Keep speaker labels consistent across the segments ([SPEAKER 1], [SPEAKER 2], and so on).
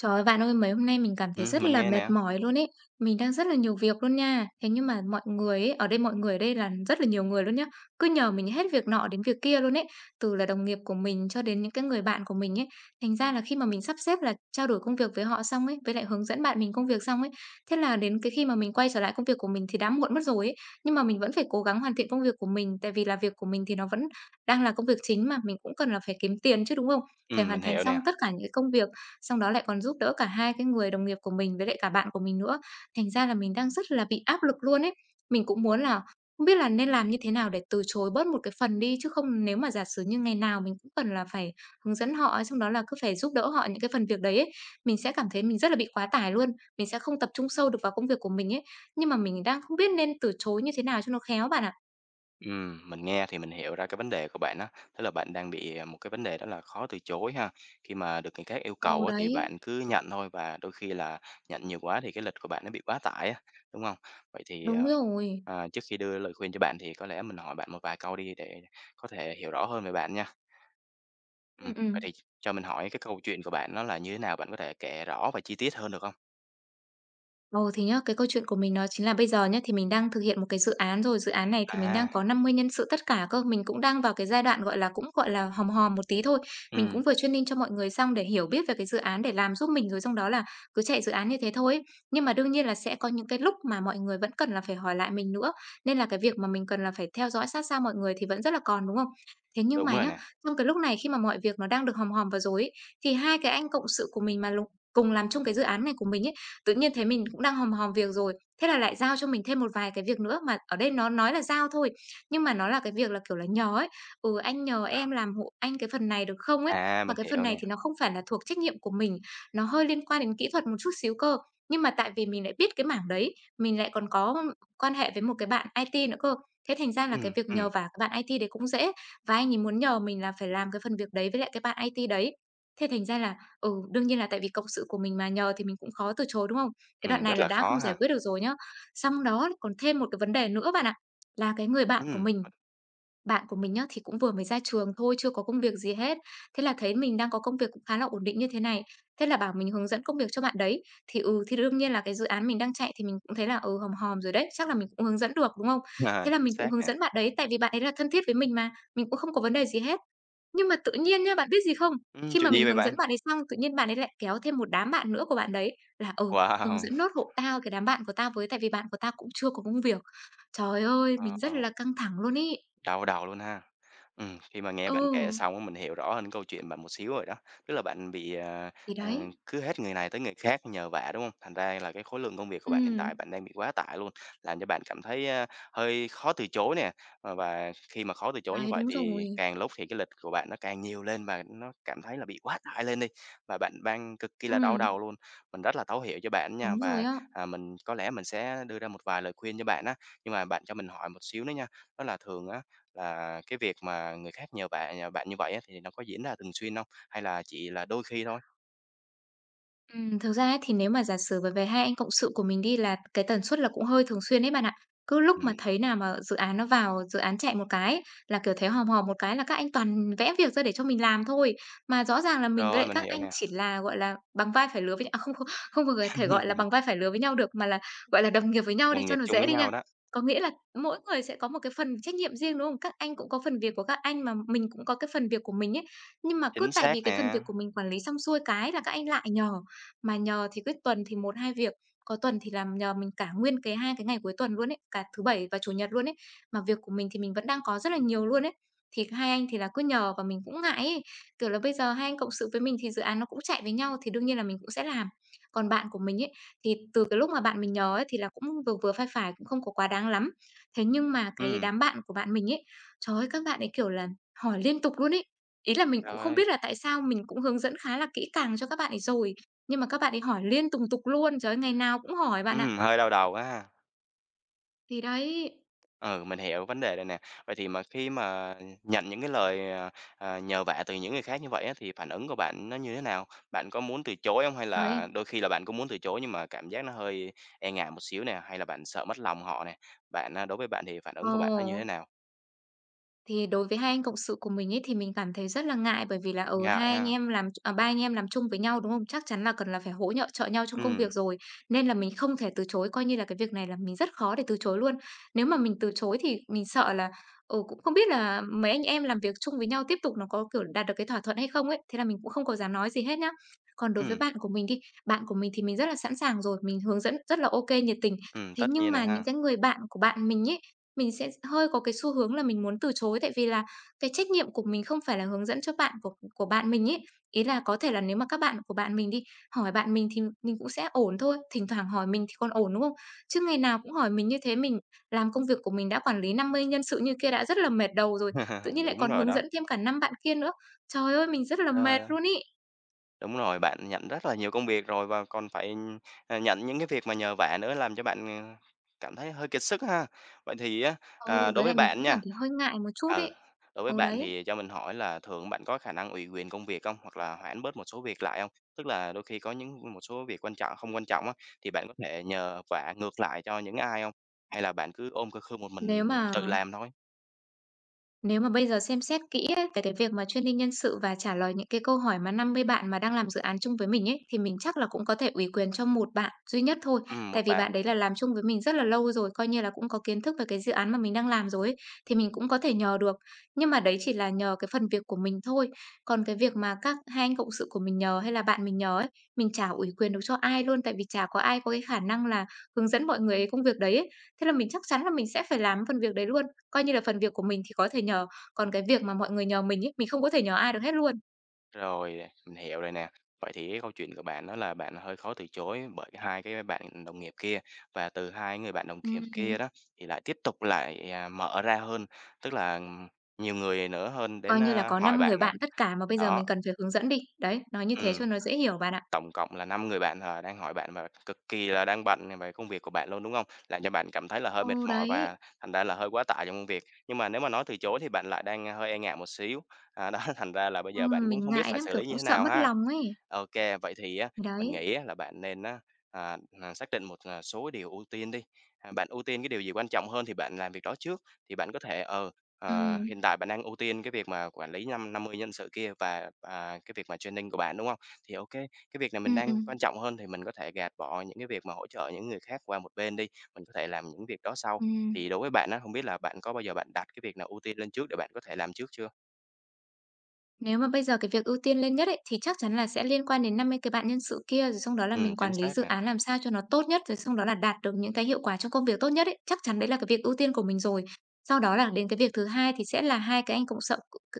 [SPEAKER 1] Trời ơi, bạn ơi, mấy hôm nay mình cảm thấy rất
[SPEAKER 2] Mình
[SPEAKER 1] là
[SPEAKER 2] nghe
[SPEAKER 1] mệt
[SPEAKER 2] nè.
[SPEAKER 1] mỏi luôn ấy. Mình đang rất là nhiều việc luôn nha. Thế nhưng mà mọi người ấy, ở đây mọi người ở đây là rất là nhiều người luôn nhá. Cứ nhờ mình hết việc nọ đến việc kia luôn ấy. Từ là đồng nghiệp của mình cho đến những cái người bạn của mình ấy. Thành ra là khi mà mình sắp xếp là trao đổi công việc với họ xong ấy, với lại hướng dẫn bạn mình công việc xong ấy, thế là đến cái khi mà mình quay trở lại công việc của mình thì đã muộn mất rồi ấy. Nhưng mà mình vẫn phải cố gắng hoàn thiện công việc của mình tại vì là việc của mình thì nó vẫn đang là công việc chính mà mình cũng cần là phải kiếm tiền chứ đúng không? Phải hoàn
[SPEAKER 2] Mình
[SPEAKER 1] thành
[SPEAKER 2] hiểu
[SPEAKER 1] xong
[SPEAKER 2] nè.
[SPEAKER 1] tất cả những cái công việc xong đó lại còn giúp đỡ cả hai cái người đồng nghiệp của mình với lại cả bạn của mình nữa. Thành ra là mình đang rất là bị áp lực luôn ấy. Mình cũng muốn là không biết là nên làm như thế nào để từ chối bớt một cái phần đi, chứ không nếu mà giả sử như ngày nào mình cũng cần là phải hướng dẫn họ, xong đó là cứ phải giúp đỡ họ những cái phần việc đấy ấy, mình sẽ cảm thấy mình rất là bị quá tải luôn, mình sẽ không tập trung sâu được vào công việc của mình ấy. Nhưng mà mình đang không biết nên từ chối như thế nào cho nó khéo bạn ạ.
[SPEAKER 2] Mình nghe thì mình hiểu ra cái vấn đề của bạn á, tức là bạn đang bị, à, một cái vấn đề đó là khó từ chối ha. Khi mà được người khác yêu
[SPEAKER 1] Ờ,
[SPEAKER 2] cầu á thì
[SPEAKER 1] đấy,
[SPEAKER 2] bạn cứ nhận thôi và đôi khi là nhận nhiều quá thì cái lịch của bạn nó bị quá tải á, đúng không? Vậy thì,
[SPEAKER 1] đúng
[SPEAKER 2] ờ,
[SPEAKER 1] rồi.
[SPEAKER 2] ờ, trước khi đưa lời khuyên cho bạn thì có lẽ mình hỏi bạn một vài câu đi để có thể hiểu rõ hơn về bạn nha.
[SPEAKER 1] Ừ ừ.
[SPEAKER 2] Vậy thì cho mình hỏi cái câu chuyện của bạn nó là như thế nào? Bạn có thể kể rõ và chi tiết hơn được không?
[SPEAKER 1] Ồ, thì nhá, cái câu chuyện của mình nó chính là bây giờ nhá, thì mình đang thực hiện một cái dự án rồi, dự án này thì mình đang
[SPEAKER 2] À,
[SPEAKER 1] có 50 nhân sự tất cả cơ. Mình cũng đang vào cái giai đoạn, gọi là, cũng, gọi là, hòm hòm một tí thôi. Mình cũng
[SPEAKER 2] ừm,
[SPEAKER 1] vừa training cho mọi người xong để hiểu biết về cái dự án để làm giúp mình, rồi xong đó là cứ chạy dự án như thế thôi ấy. Nhưng mà đương nhiên là sẽ có những cái lúc mà mọi người vẫn cần là phải hỏi lại mình nữa, nên là cái việc mà mình cần là phải theo dõi sát sao mọi người thì vẫn rất là còn, đúng không? Thế nhưng
[SPEAKER 2] đúng
[SPEAKER 1] mà
[SPEAKER 2] rồi
[SPEAKER 1] nhá,
[SPEAKER 2] nè.
[SPEAKER 1] trong cái lúc này khi mà mọi việc nó đang được hòm hòm và rối ấy, thì hai cái anh cộng sự của mình mà cùng làm chung cái dự án này của mình ấy, tự nhiên thế mình cũng đang hòm hòm việc rồi, thế là lại giao cho mình thêm một vài cái việc nữa, mà ở đây nó nói là giao thôi, nhưng mà nó là cái việc là, kiểu là, nhờ ấy, "Ừ, anh nhờ em làm hộ anh cái phần này được không?" ấy.
[SPEAKER 2] À,
[SPEAKER 1] Mà
[SPEAKER 2] mình
[SPEAKER 1] cái phần
[SPEAKER 2] hiểu nè.
[SPEAKER 1] này thì nó không phải là thuộc trách nhiệm của mình, nó hơi liên quan đến kỹ thuật một chút xíu cơ. Nhưng mà tại vì mình lại biết cái mảng đấy, mình lại còn có quan hệ với một cái bạn IT nữa cơ, thế thành ra là cái
[SPEAKER 2] Ừm,
[SPEAKER 1] việc nhờ
[SPEAKER 2] ừm,
[SPEAKER 1] vả cái bạn IT đấy cũng dễ, và anh ấy muốn nhờ mình là phải làm cái phần việc đấy với lại cái bạn IT đấy. Thế thành ra là ừ, đương nhiên là tại vì cộng sự của mình mà, nhờ thì mình cũng khó từ chối, đúng không? Cái đoạn
[SPEAKER 2] ừm,
[SPEAKER 1] này
[SPEAKER 2] rất
[SPEAKER 1] là
[SPEAKER 2] là
[SPEAKER 1] đã
[SPEAKER 2] khó
[SPEAKER 1] không giải
[SPEAKER 2] ha.
[SPEAKER 1] quyết được rồi nhá. Xong đó còn thêm một cái vấn đề nữa bạn ạ, là cái người
[SPEAKER 2] Ừm,
[SPEAKER 1] bạn của mình nhá, thì cũng vừa mới ra trường thôi, chưa có công việc gì hết. Thế là thấy mình đang có công việc cũng khá là ổn định như thế này, thế là bảo mình hướng dẫn công việc cho bạn đấy. Thì, ừ, thì đương nhiên là cái dự án mình đang chạy thì mình cũng thấy là, ừ, hòm hòm rồi đấy, chắc là mình cũng hướng dẫn được, đúng không?
[SPEAKER 2] à,
[SPEAKER 1] Thế là
[SPEAKER 2] chính
[SPEAKER 1] mình cũng
[SPEAKER 2] xác
[SPEAKER 1] hướng
[SPEAKER 2] nè.
[SPEAKER 1] dẫn bạn đấy, tại vì bạn ấy là thân thiết với mình mà, mình cũng không có vấn đề gì hết. Nhưng mà tự nhiên nhá, bạn biết gì không? Khi mà
[SPEAKER 2] Chuyện gì
[SPEAKER 1] mình
[SPEAKER 2] vậy
[SPEAKER 1] hướng
[SPEAKER 2] bạn?
[SPEAKER 1] dẫn bạn ấy xong, tự nhiên bạn ấy lại kéo thêm một đám bạn nữa của bạn đấy là, ừ, hướng
[SPEAKER 2] Wow!
[SPEAKER 1] dẫn nốt hộ tao, cái đám bạn của tao với, tại vì bạn của tao cũng chưa có công việc. Trời ơi, mình rất
[SPEAKER 2] Wow!
[SPEAKER 1] là căng thẳng luôn ý.
[SPEAKER 2] Đau đầu luôn ha. Khi mà nghe
[SPEAKER 1] Ừ,
[SPEAKER 2] bạn kể xong á, mình hiểu rõ hơn câu chuyện bạn một xíu rồi đó. Tức là bạn bị, à,
[SPEAKER 1] thì
[SPEAKER 2] à,
[SPEAKER 1] đấy.
[SPEAKER 2] cứ hết người này tới người khác nhờ vả, đúng không? Thành ra là cái khối lượng công việc của bạn hiện
[SPEAKER 1] Ừ
[SPEAKER 2] tại bạn đang bị quá tải luôn, làm cho bạn cảm thấy, a, hơi khó từ chối nè. Ờ, và khi mà khó từ chối như
[SPEAKER 1] đấy,
[SPEAKER 2] vậy
[SPEAKER 1] đúng
[SPEAKER 2] thì
[SPEAKER 1] rồi.
[SPEAKER 2] càng lúc thì cái lịch của bạn nó càng nhiều lên và nó cảm thấy là bị quá tải lên đi, và bạn đang cực kỳ là đau
[SPEAKER 1] Ừ
[SPEAKER 2] đầu luôn. Mình rất là thấu hiểu cho bạn nha,
[SPEAKER 1] đúng rồi
[SPEAKER 2] và,
[SPEAKER 1] á.
[SPEAKER 2] à, mình có lẽ mình sẽ đưa ra một vài lời khuyên cho bạn á. Nhưng mà bạn cho mình hỏi một xíu nữa nha, đó là thường á, là cái việc mà người khác nhờ bạn như vậy á, thì nó có diễn ra thường xuyên không? Hay là chỉ là đôi khi thôi?
[SPEAKER 1] Thực ra ấy, thì nếu mà giả sử về về hai anh cộng sự của mình đi là cái tần suất là cũng hơi thường xuyên ấy bạn ạ. Cứ lúc mà
[SPEAKER 2] Ừm,
[SPEAKER 1] thấy nào mà dự án nó vào, dự án chạy một cái là, kiểu, thấy hòm hòm một cái là các anh toàn vẽ việc ra để cho mình làm thôi. Mà rõ ràng là mình với
[SPEAKER 2] rồi,
[SPEAKER 1] lại
[SPEAKER 2] mình
[SPEAKER 1] các
[SPEAKER 2] hiểu
[SPEAKER 1] anh
[SPEAKER 2] nè.
[SPEAKER 1] chỉ là, gọi là, bằng vai phải lứa với không, không, không có thể gọi là bằng vai phải lứa với nhau được, mà là, gọi là, đồng nghiệp với nhau đi
[SPEAKER 2] Đồng
[SPEAKER 1] cho
[SPEAKER 2] nghiệp
[SPEAKER 1] nó
[SPEAKER 2] chung
[SPEAKER 1] dễ
[SPEAKER 2] với
[SPEAKER 1] đi nha.
[SPEAKER 2] nhau đó,
[SPEAKER 1] Có nghĩa là mỗi người sẽ có một cái phần trách nhiệm riêng, đúng không? Các anh cũng có phần việc của các anh mà mình cũng có cái phần việc của mình ấy. Nhưng mà cứ
[SPEAKER 2] chính
[SPEAKER 1] tại vì
[SPEAKER 2] xác
[SPEAKER 1] cái phần việc
[SPEAKER 2] nè.
[SPEAKER 1] của mình quản lý xong xuôi cái là các anh lại nhờ. Mà nhờ thì cứ tuần thì một 2 việc, có tuần thì làm nhờ mình cả nguyên cái 2 cái ngày cuối tuần luôn ấy, cả thứ Bảy và Chủ nhật luôn ấy. Mà việc của mình thì mình vẫn đang có rất là nhiều luôn ấy. Thì hai anh thì là cứ nhờ và mình cũng ngại ấy. Kiểu là bây giờ hai anh cộng sự với mình thì dự án nó cũng chạy với nhau thì đương nhiên là mình cũng sẽ làm. Còn bạn của mình ấy, thì từ cái lúc mà bạn mình nhờ ấy thì là cũng vừa vừa, phải phải, cũng không có quá đáng lắm. Thế nhưng mà cái
[SPEAKER 2] Ừm,
[SPEAKER 1] đám bạn của bạn mình ấy, trời ơi, các bạn ấy, kiểu là, hỏi liên tục luôn ấy. Ý là mình cũng
[SPEAKER 2] trời
[SPEAKER 1] không
[SPEAKER 2] ơi.
[SPEAKER 1] biết là tại sao, mình cũng hướng dẫn khá là kỹ càng cho các bạn ấy rồi, nhưng mà các bạn ấy hỏi liên tùng tục luôn, trời ơi, ngày nào cũng hỏi bạn ạ.
[SPEAKER 2] Hơi đau đầu quá ha.
[SPEAKER 1] Thì đấy,
[SPEAKER 2] Ừ, mình hiểu vấn đề rồi nè. Vậy thì mà khi mà nhận những cái lời, à, nhờ vả từ những người khác như vậy á, thì phản ứng của bạn nó như thế nào? Bạn có muốn từ chối không? Hay
[SPEAKER 1] đấy,
[SPEAKER 2] là đôi khi là bạn cũng muốn từ chối nhưng mà cảm giác nó hơi e ngại một xíu nè, hay là bạn sợ mất lòng họ nè? Bạn, đối với bạn thì phản
[SPEAKER 1] ồ.
[SPEAKER 2] ứng của bạn nó như thế nào?
[SPEAKER 1] Thì đối với hai anh cộng sự của mình ấy, thì mình cảm thấy rất là ngại bởi vì là, ở
[SPEAKER 2] Ngại
[SPEAKER 1] hai anh
[SPEAKER 2] ha.
[SPEAKER 1] em làm à, ba anh em làm chung với nhau, đúng không? Chắc chắn là cần là phải hỗ trợ nhau trong công
[SPEAKER 2] Ừm,
[SPEAKER 1] việc rồi, nên là mình không thể từ chối, coi như là cái việc này là mình rất khó để từ chối luôn. Nếu mà mình từ chối thì mình sợ là, ừ, cũng không biết là mấy anh em làm việc chung với nhau tiếp tục nó có, kiểu, đạt được cái thỏa thuận hay không ấy, thế là mình cũng không có dám nói gì hết nhá. Còn đối với
[SPEAKER 2] ừm,
[SPEAKER 1] bạn của mình đi, bạn của mình thì mình rất là sẵn sàng rồi, mình hướng dẫn rất là ok nhiệt tình.
[SPEAKER 2] ừm,
[SPEAKER 1] Thế
[SPEAKER 2] tất
[SPEAKER 1] nhưng
[SPEAKER 2] nhiên rồi
[SPEAKER 1] mà những
[SPEAKER 2] ha.
[SPEAKER 1] cái người bạn của bạn mình ấy, mình sẽ hơi có cái xu hướng là mình muốn từ chối, tại vì là cái trách nhiệm của mình không phải là hướng dẫn cho bạn của bạn mình ấy. Ý là có thể là nếu mà các bạn của bạn mình đi, hỏi bạn mình thì mình cũng sẽ ổn thôi, thỉnh thoảng hỏi mình thì còn ổn, đúng không? Chứ ngày nào cũng hỏi mình như thế, mình làm công việc của mình đã quản lý 50 nhân sự như kia đã rất là mệt đầu rồi, tự nhiên lại
[SPEAKER 2] Đúng
[SPEAKER 1] còn
[SPEAKER 2] rồi
[SPEAKER 1] hướng
[SPEAKER 2] đó.
[SPEAKER 1] dẫn thêm cả 5 bạn kia nữa. Trời ơi, mình rất là
[SPEAKER 2] Trời
[SPEAKER 1] mệt
[SPEAKER 2] ơi,
[SPEAKER 1] luôn ý.
[SPEAKER 2] đúng rồi, bạn nhận rất là nhiều công việc rồi và còn phải, à, nhận những cái việc mà nhờ vả nữa làm cho bạn, ờ, cảm thấy hơi kiệt sức ha. Vậy thì á,
[SPEAKER 1] Ừ,
[SPEAKER 2] à,
[SPEAKER 1] với
[SPEAKER 2] đối
[SPEAKER 1] lại
[SPEAKER 2] với
[SPEAKER 1] mình
[SPEAKER 2] bạn
[SPEAKER 1] cũng cảm
[SPEAKER 2] nha.
[SPEAKER 1] thấy hơi ngại một chút
[SPEAKER 2] Ừ,
[SPEAKER 1] ấy.
[SPEAKER 2] đối với
[SPEAKER 1] Ừ,
[SPEAKER 2] bạn
[SPEAKER 1] đấy,
[SPEAKER 2] thì cho mình hỏi là thường bạn có khả năng ủy quyền công việc không? Hoặc là hoãn bớt một số việc lại không? Tức là đôi khi có những một số việc quan trọng không quan trọng á, thì bạn có thể nhờ vả ngược lại cho những ai không, hay là bạn cứ ôm khư khư một
[SPEAKER 1] nếu
[SPEAKER 2] mình
[SPEAKER 1] mà
[SPEAKER 2] tự làm thôi?
[SPEAKER 1] Nếu mà bây giờ xem xét kỹ ấy, về cái việc mà training nhân sự và trả lời những cái câu hỏi mà 50 bạn mà đang làm dự án chung với mình ấy, thì mình chắc là cũng có thể ủy quyền cho một bạn duy nhất thôi. Tại
[SPEAKER 2] Một
[SPEAKER 1] vì
[SPEAKER 2] bạn.
[SPEAKER 1] bạn đấy là làm chung với mình rất là lâu rồi, coi như là cũng có kiến thức về cái dự án mà mình đang làm rồi ấy, thì mình cũng có thể nhờ được. Nhưng mà đấy chỉ là nhờ cái phần việc của mình thôi. Còn cái việc mà các hai anh cộng sự của mình nhờ hay là bạn mình nhờ ấy, mình chả ủy quyền được cho ai luôn, tại vì chả có ai có cái khả năng là hướng dẫn mọi người ấy công việc đấy ấy. Thế là mình chắc chắn là mình sẽ phải làm phần việc đấy luôn. Coi như là phần việc của mình thì có thể nhờ, còn cái việc mà mọi người nhờ mình ấy, mình không có thể nhờ ai được hết luôn.
[SPEAKER 2] Rồi, à, mình hiểu rồi nè. Vậy thì cái câu chuyện của bạn đó là bạn hơi khó từ chối bởi hai cái bạn đồng nghiệp kia và từ hai người bạn đồng nghiệp
[SPEAKER 1] Ừm.
[SPEAKER 2] kia đó thì lại tiếp tục lại, à, mở ra hơn, tức là nhiều người nữa hơn
[SPEAKER 1] Coi
[SPEAKER 2] đến,
[SPEAKER 1] như là có
[SPEAKER 2] hỏi
[SPEAKER 1] 5 người
[SPEAKER 2] bạn nè.
[SPEAKER 1] bạn tất cả mà bây giờ mình
[SPEAKER 2] Đó,
[SPEAKER 1] cần phải hướng dẫn đi. Đấy, nói như thế
[SPEAKER 2] ừm.
[SPEAKER 1] cho nó dễ hiểu bạn ạ.
[SPEAKER 2] Tổng cộng là 5 người bạn, ờ, đang hỏi bạn và cực kỳ là đang bận về công việc của bạn luôn, đúng không? Làm cho bạn cảm thấy là hơi mệt
[SPEAKER 1] Ừ,
[SPEAKER 2] mỏi
[SPEAKER 1] đấy,
[SPEAKER 2] và thành ra là hơi quá tải trong công việc. Nhưng mà nếu mà nói từ chối thì bạn lại đang hơi e ngại một xíu, à, đó, thành ra là bây giờ bạn cũng
[SPEAKER 1] mình
[SPEAKER 2] không biết
[SPEAKER 1] ngại
[SPEAKER 2] phải
[SPEAKER 1] lắm,
[SPEAKER 2] xử
[SPEAKER 1] kiểu,
[SPEAKER 2] lý như
[SPEAKER 1] cũng
[SPEAKER 2] thế
[SPEAKER 1] sợ
[SPEAKER 2] nào
[SPEAKER 1] mất
[SPEAKER 2] ha.
[SPEAKER 1] lòng ấy.
[SPEAKER 2] OK, vậy thì á, mình
[SPEAKER 1] Đấy.
[SPEAKER 2] nghĩ á là bạn nên á, à, xác định một, à, số điều ưu tiên đi. À, bạn ưu tiên cái điều gì quan trọng hơn thì bạn làm việc đó trước, thì bạn có thể, ờ,
[SPEAKER 1] Ừm,
[SPEAKER 2] hiện tại bạn đang ưu tiên cái việc mà quản lý năm 50 nhân sự kia và, à, cái việc mà training của bạn, đúng không? Thì OK, cái việc này mình
[SPEAKER 1] ừm,
[SPEAKER 2] đang quan
[SPEAKER 1] ừm,
[SPEAKER 2] trọng hơn thì mình có thể gạt bỏ những cái việc mà hỗ trợ những người khác qua một bên đi, mình có thể làm những việc đó sau.
[SPEAKER 1] ừm.
[SPEAKER 2] Thì đối với bạn á, không biết là bạn có bao giờ bạn đặt cái việc nào ưu tiên lên trước để bạn có thể làm trước chưa?
[SPEAKER 1] Nếu mà bây giờ cái việc ưu tiên lên nhất ấy, thì chắc chắn là sẽ liên quan đến 50 cái bạn nhân sự kia, rồi xong đó là
[SPEAKER 2] Ừ,
[SPEAKER 1] mình
[SPEAKER 2] chính
[SPEAKER 1] quản lý
[SPEAKER 2] xác
[SPEAKER 1] dự
[SPEAKER 2] nè,
[SPEAKER 1] án làm sao cho nó tốt nhất, rồi xong đó là đạt được những cái hiệu quả trong công việc tốt nhất ấy. Chắc chắn đấy là cái việc ưu tiên của mình rồi. Sau đó là đến cái việc thứ hai thì sẽ là hai cái anh cộng sự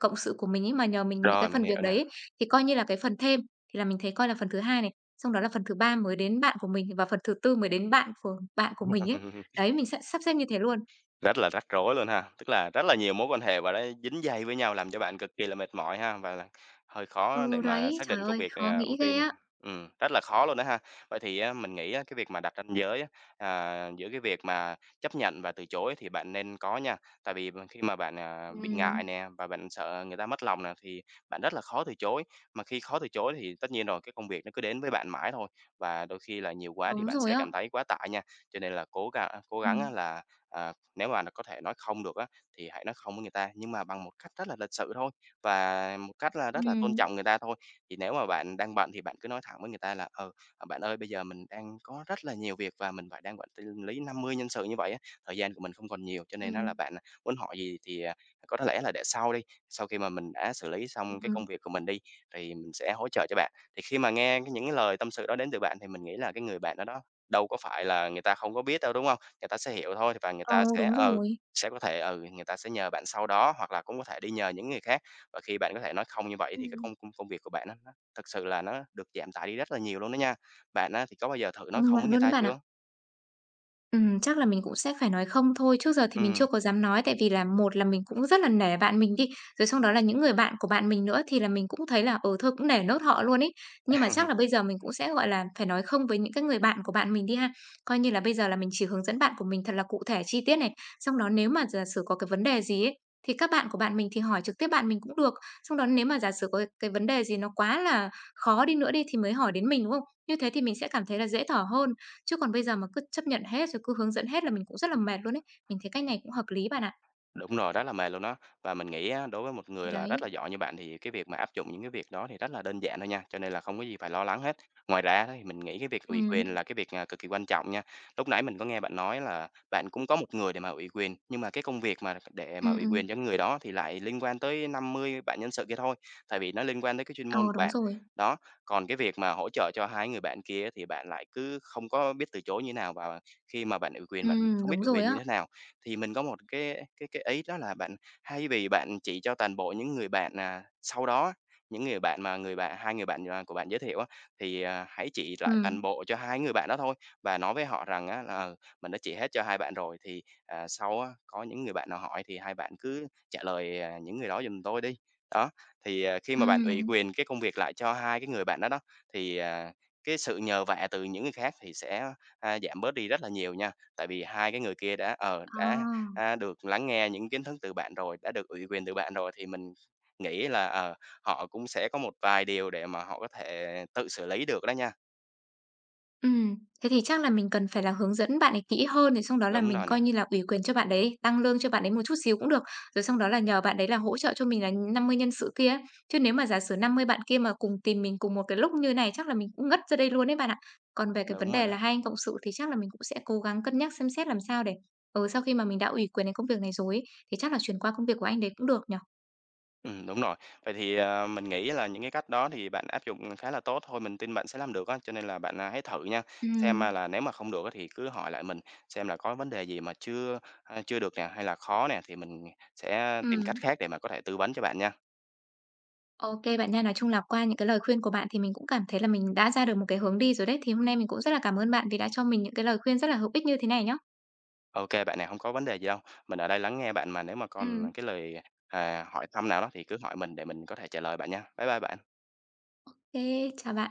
[SPEAKER 1] cộng sự của mình ấy mà nhờ mình những cái
[SPEAKER 2] rồi, mình
[SPEAKER 1] phần việc
[SPEAKER 2] hiểu
[SPEAKER 1] đấy
[SPEAKER 2] nè.
[SPEAKER 1] ấy, thì coi như là cái phần thêm thì là mình thấy coi là phần thứ hai này, xong đó là phần thứ ba mới đến bạn của mình và phần thứ tư mới đến bạn của mình ấy. Đấy, mình sẽ sắp xếp như thế luôn.
[SPEAKER 2] Rất là rắc rối luôn ha, tức là rất là nhiều mối quan hệ và nó dính dây với nhau làm cho bạn cực kỳ là mệt mỏi ha, và là hơi khó để
[SPEAKER 1] Ừ,
[SPEAKER 2] mà
[SPEAKER 1] đấy,
[SPEAKER 2] xác
[SPEAKER 1] trời
[SPEAKER 2] định công
[SPEAKER 1] ơi,
[SPEAKER 2] việc,
[SPEAKER 1] khó
[SPEAKER 2] à,
[SPEAKER 1] nghĩ
[SPEAKER 2] ưu
[SPEAKER 1] ghê
[SPEAKER 2] tiên.
[SPEAKER 1] á.
[SPEAKER 2] Rất là khó luôn đó ha. Vậy thì á, mình nghĩ á, cái việc mà đặt ranh giới á, à, giữa cái việc mà chấp nhận và từ chối thì bạn nên có nha, tại vì khi mà bạn, à, bị
[SPEAKER 1] Ừm,
[SPEAKER 2] ngại nè và bạn sợ người ta mất lòng nè, thì bạn rất là khó từ chối, mà khi khó từ chối thì tất nhiên rồi cái công việc nó cứ đến với bạn mãi thôi, và đôi khi là nhiều quá thì
[SPEAKER 1] đúng
[SPEAKER 2] bạn
[SPEAKER 1] rồi
[SPEAKER 2] sẽ
[SPEAKER 1] á.
[SPEAKER 2] cảm thấy quá tải nha. Cho nên là cố gắng
[SPEAKER 1] Ừm.
[SPEAKER 2] á là, à, nếu mà có thể nói không được á, thì hãy nói không với người ta, nhưng mà bằng một cách rất là lịch sự thôi và một cách là rất là tôn
[SPEAKER 1] Ừm,
[SPEAKER 2] trọng người ta thôi. Thì nếu mà bạn đang bận thì bạn cứ nói thẳng với người ta là "Ừ, à, bạn ơi, bây giờ mình đang có rất là nhiều việc và mình phải đang quản lý 50 nhân sự như vậy á, thời gian của mình không còn nhiều, cho nên á là
[SPEAKER 1] ừm,
[SPEAKER 2] bạn muốn hỏi gì thì, à, có lẽ là để sau đi, sau khi mà mình đã xử lý xong
[SPEAKER 1] ừm,
[SPEAKER 2] cái
[SPEAKER 1] ừm.
[SPEAKER 2] công việc của mình đi, thì mình sẽ hỗ trợ cho bạn." Thì khi mà nghe cái những cái lời tâm sự đó đến từ bạn thì mình nghĩ là cái người bạn đó đó đâu có phải là người ta không có biết đâu, đúng không? Người ta sẽ hiểu thôi và người
[SPEAKER 1] Ờ,
[SPEAKER 2] ta sẽ,
[SPEAKER 1] đúng
[SPEAKER 2] ừ,
[SPEAKER 1] rồi.
[SPEAKER 2] sẽ có thể, ừ, người ta sẽ nhờ bạn sau đó hoặc là cũng có thể đi nhờ những người khác. Và khi bạn có thể nói không như vậy thì cái
[SPEAKER 1] Ừm.
[SPEAKER 2] công công công việc của bạn á, nó thật sự là nó được giảm tải đi rất là nhiều luôn đó nha. Bạn á, thì có bao giờ thử nói
[SPEAKER 1] Công
[SPEAKER 2] không với
[SPEAKER 1] nhận
[SPEAKER 2] người
[SPEAKER 1] luôn đấy
[SPEAKER 2] ta
[SPEAKER 1] bạn.
[SPEAKER 2] chưa?
[SPEAKER 1] Chắc là mình cũng sẽ phải nói không thôi. Trước giờ thì mình chưa
[SPEAKER 2] Ừm.
[SPEAKER 1] có dám nói tại vì là một là mình cũng rất là nể bạn mình đi, rồi xong đó là những người bạn của bạn mình nữa thì là mình cũng thấy là, ừ, thôi cũng nể nốt họ luôn ấy. Nhưng mà chắc là bây giờ mình cũng sẽ, gọi là, phải nói không với những cái người bạn của bạn mình đi ha. Coi như là bây giờ là mình chỉ hướng dẫn bạn của mình thật là cụ thể chi tiết này, xong đó nếu mà giả sử có cái vấn đề gì ấy, thì các bạn của bạn mình thì hỏi trực tiếp bạn mình cũng được. Xong đó nếu mà giả sử có cái vấn đề gì nó quá là khó đi nữa đi thì mới hỏi đến mình, đúng không? Như thế thì mình sẽ cảm thấy là dễ thở hơn. Chứ còn bây giờ mà cứ chấp nhận hết, rồi cứ hướng dẫn hết là mình cũng rất là mệt luôn ấy. Mình thấy cách này cũng hợp lý bạn ạ.
[SPEAKER 2] Đúng rồi, rất là mệt luôn đó. Và mình nghĩ á, đối với một
[SPEAKER 1] Thì
[SPEAKER 2] người là rất
[SPEAKER 1] đấy.
[SPEAKER 2] là giỏi như bạn thì cái việc mà áp dụng những cái việc đó thì rất là đơn giản thôi nha, cho nên là không có gì phải lo lắng hết. Ngoài ra đó thì mình nghĩ cái việc ủy
[SPEAKER 1] Ừm,
[SPEAKER 2] quyền là cái việc, à, cực kỳ quan trọng nha. Lúc nãy mình có nghe bạn nói là bạn cũng có một người để mà ủy quyền, nhưng mà cái công việc mà để mà
[SPEAKER 1] ừm,
[SPEAKER 2] ủy
[SPEAKER 1] ừm.
[SPEAKER 2] quyền cho người đó thì lại liên quan tới 50 bạn nhân sự kia thôi, tại vì nó liên quan tới cái chuyên
[SPEAKER 1] Ờ,
[SPEAKER 2] môn của
[SPEAKER 1] đúng
[SPEAKER 2] bạn.
[SPEAKER 1] rồi.
[SPEAKER 2] Đó, còn cái việc mà hỗ trợ cho hai người bạn kia thì bạn lại cứ không có biết từ chối như thế nào và khi mà bạn ủy quyền bạn không biết
[SPEAKER 1] Đúng
[SPEAKER 2] ủy
[SPEAKER 1] rồi
[SPEAKER 2] quyền
[SPEAKER 1] á.
[SPEAKER 2] như thế nào. Thì mình có một cái ý đó là bạn thay vì bạn chỉ cho toàn bộ những người bạn, à, sau đó những người bạn mà người bạn hai người bạn, à, của bạn giới thiệu á, thì, à, hãy chỉ lại
[SPEAKER 1] Ừm,
[SPEAKER 2] toàn bộ cho hai người bạn đó thôi và nói với họ rằng á là "Ờ, mình đã chỉ hết cho hai bạn rồi thì, à, sau á có những người bạn nào hỏi thì hai bạn cứ trả lời, à, những người đó giùm tôi đi." Đó, thì, à, khi mà bạn ủy
[SPEAKER 1] ừm.
[SPEAKER 2] quyền cái công việc lại cho hai cái người bạn đó đó, thì, à, cái sự nhờ vả từ những người khác thì sẽ, giảm bớt đi rất là nhiều nha. Tại vì hai cái người kia đã, ờ, đã,
[SPEAKER 1] À.
[SPEAKER 2] a, được lắng nghe những kiến thức từ bạn rồi, đã được ủy quyền từ bạn rồi thì mình nghĩ là, ờ, họ cũng sẽ có một vài điều để mà họ có thể tự xử lý được đó nha.
[SPEAKER 1] Ừm, thế thì chắc là mình cần phải là hướng dẫn bạn ấy kỹ hơn, rồi xong đó là
[SPEAKER 2] Đúng
[SPEAKER 1] mình
[SPEAKER 2] rồi nè,
[SPEAKER 1] coi như là ủy quyền cho bạn đấy, tăng lương cho bạn ấy một chút xíu cũng được, rồi xong đó là nhờ bạn đấy là hỗ trợ cho mình là 50 nhân sự kia ấy. Chứ nếu mà giả sử 50 bạn kia mà cùng tìm mình cùng một cái lúc như này chắc là mình cũng ngất ra đây luôn đấy bạn ạ. Còn về cái vấn
[SPEAKER 2] đúng rồi
[SPEAKER 1] đề
[SPEAKER 2] đó.
[SPEAKER 1] là hai anh cộng sự thì chắc là mình cũng sẽ cố gắng cân nhắc xem xét làm sao để ừ, sau khi mà mình đã ủy quyền đến công việc này rồi ấy, thì chắc là chuyển qua công việc của anh đấy cũng được nhở.
[SPEAKER 2] Đúng rồi. Vậy thì, ờ, mình nghĩ là những cái cách đó thì bạn áp dụng khá là tốt thôi, mình tin bạn sẽ làm được á. Cho nên là bạn, à, hãy thử nha, xem,
[SPEAKER 1] Ừm,
[SPEAKER 2] là nếu mà không được á thì cứ hỏi lại mình xem là có vấn đề gì mà chưa, chưa được nè, hay là khó nè thì mình sẽ tìm cách
[SPEAKER 1] ừm.
[SPEAKER 2] khác để mà có thể tư vấn cho bạn nha.
[SPEAKER 1] OK, bạn nha. Nói chung là qua những cái lời khuyên của bạn thì mình cũng cảm thấy là mình đã ra được một cái hướng đi rồi đấy. Thì hôm nay mình cũng rất là cảm ơn bạn vì đã cho mình những cái lời khuyên rất là hữu ích như thế này nhá.
[SPEAKER 2] OK, bạn này không có vấn đề gì đâu. Mình ở đây lắng nghe bạn mà nếu mà
[SPEAKER 1] Ừm.
[SPEAKER 2] còn cái lời, à, hỏi thăm nào đó thì cứ hỏi mình để mình có thể trả lời bạn nha. Bye bye bạn.
[SPEAKER 1] Kê, chào bạn.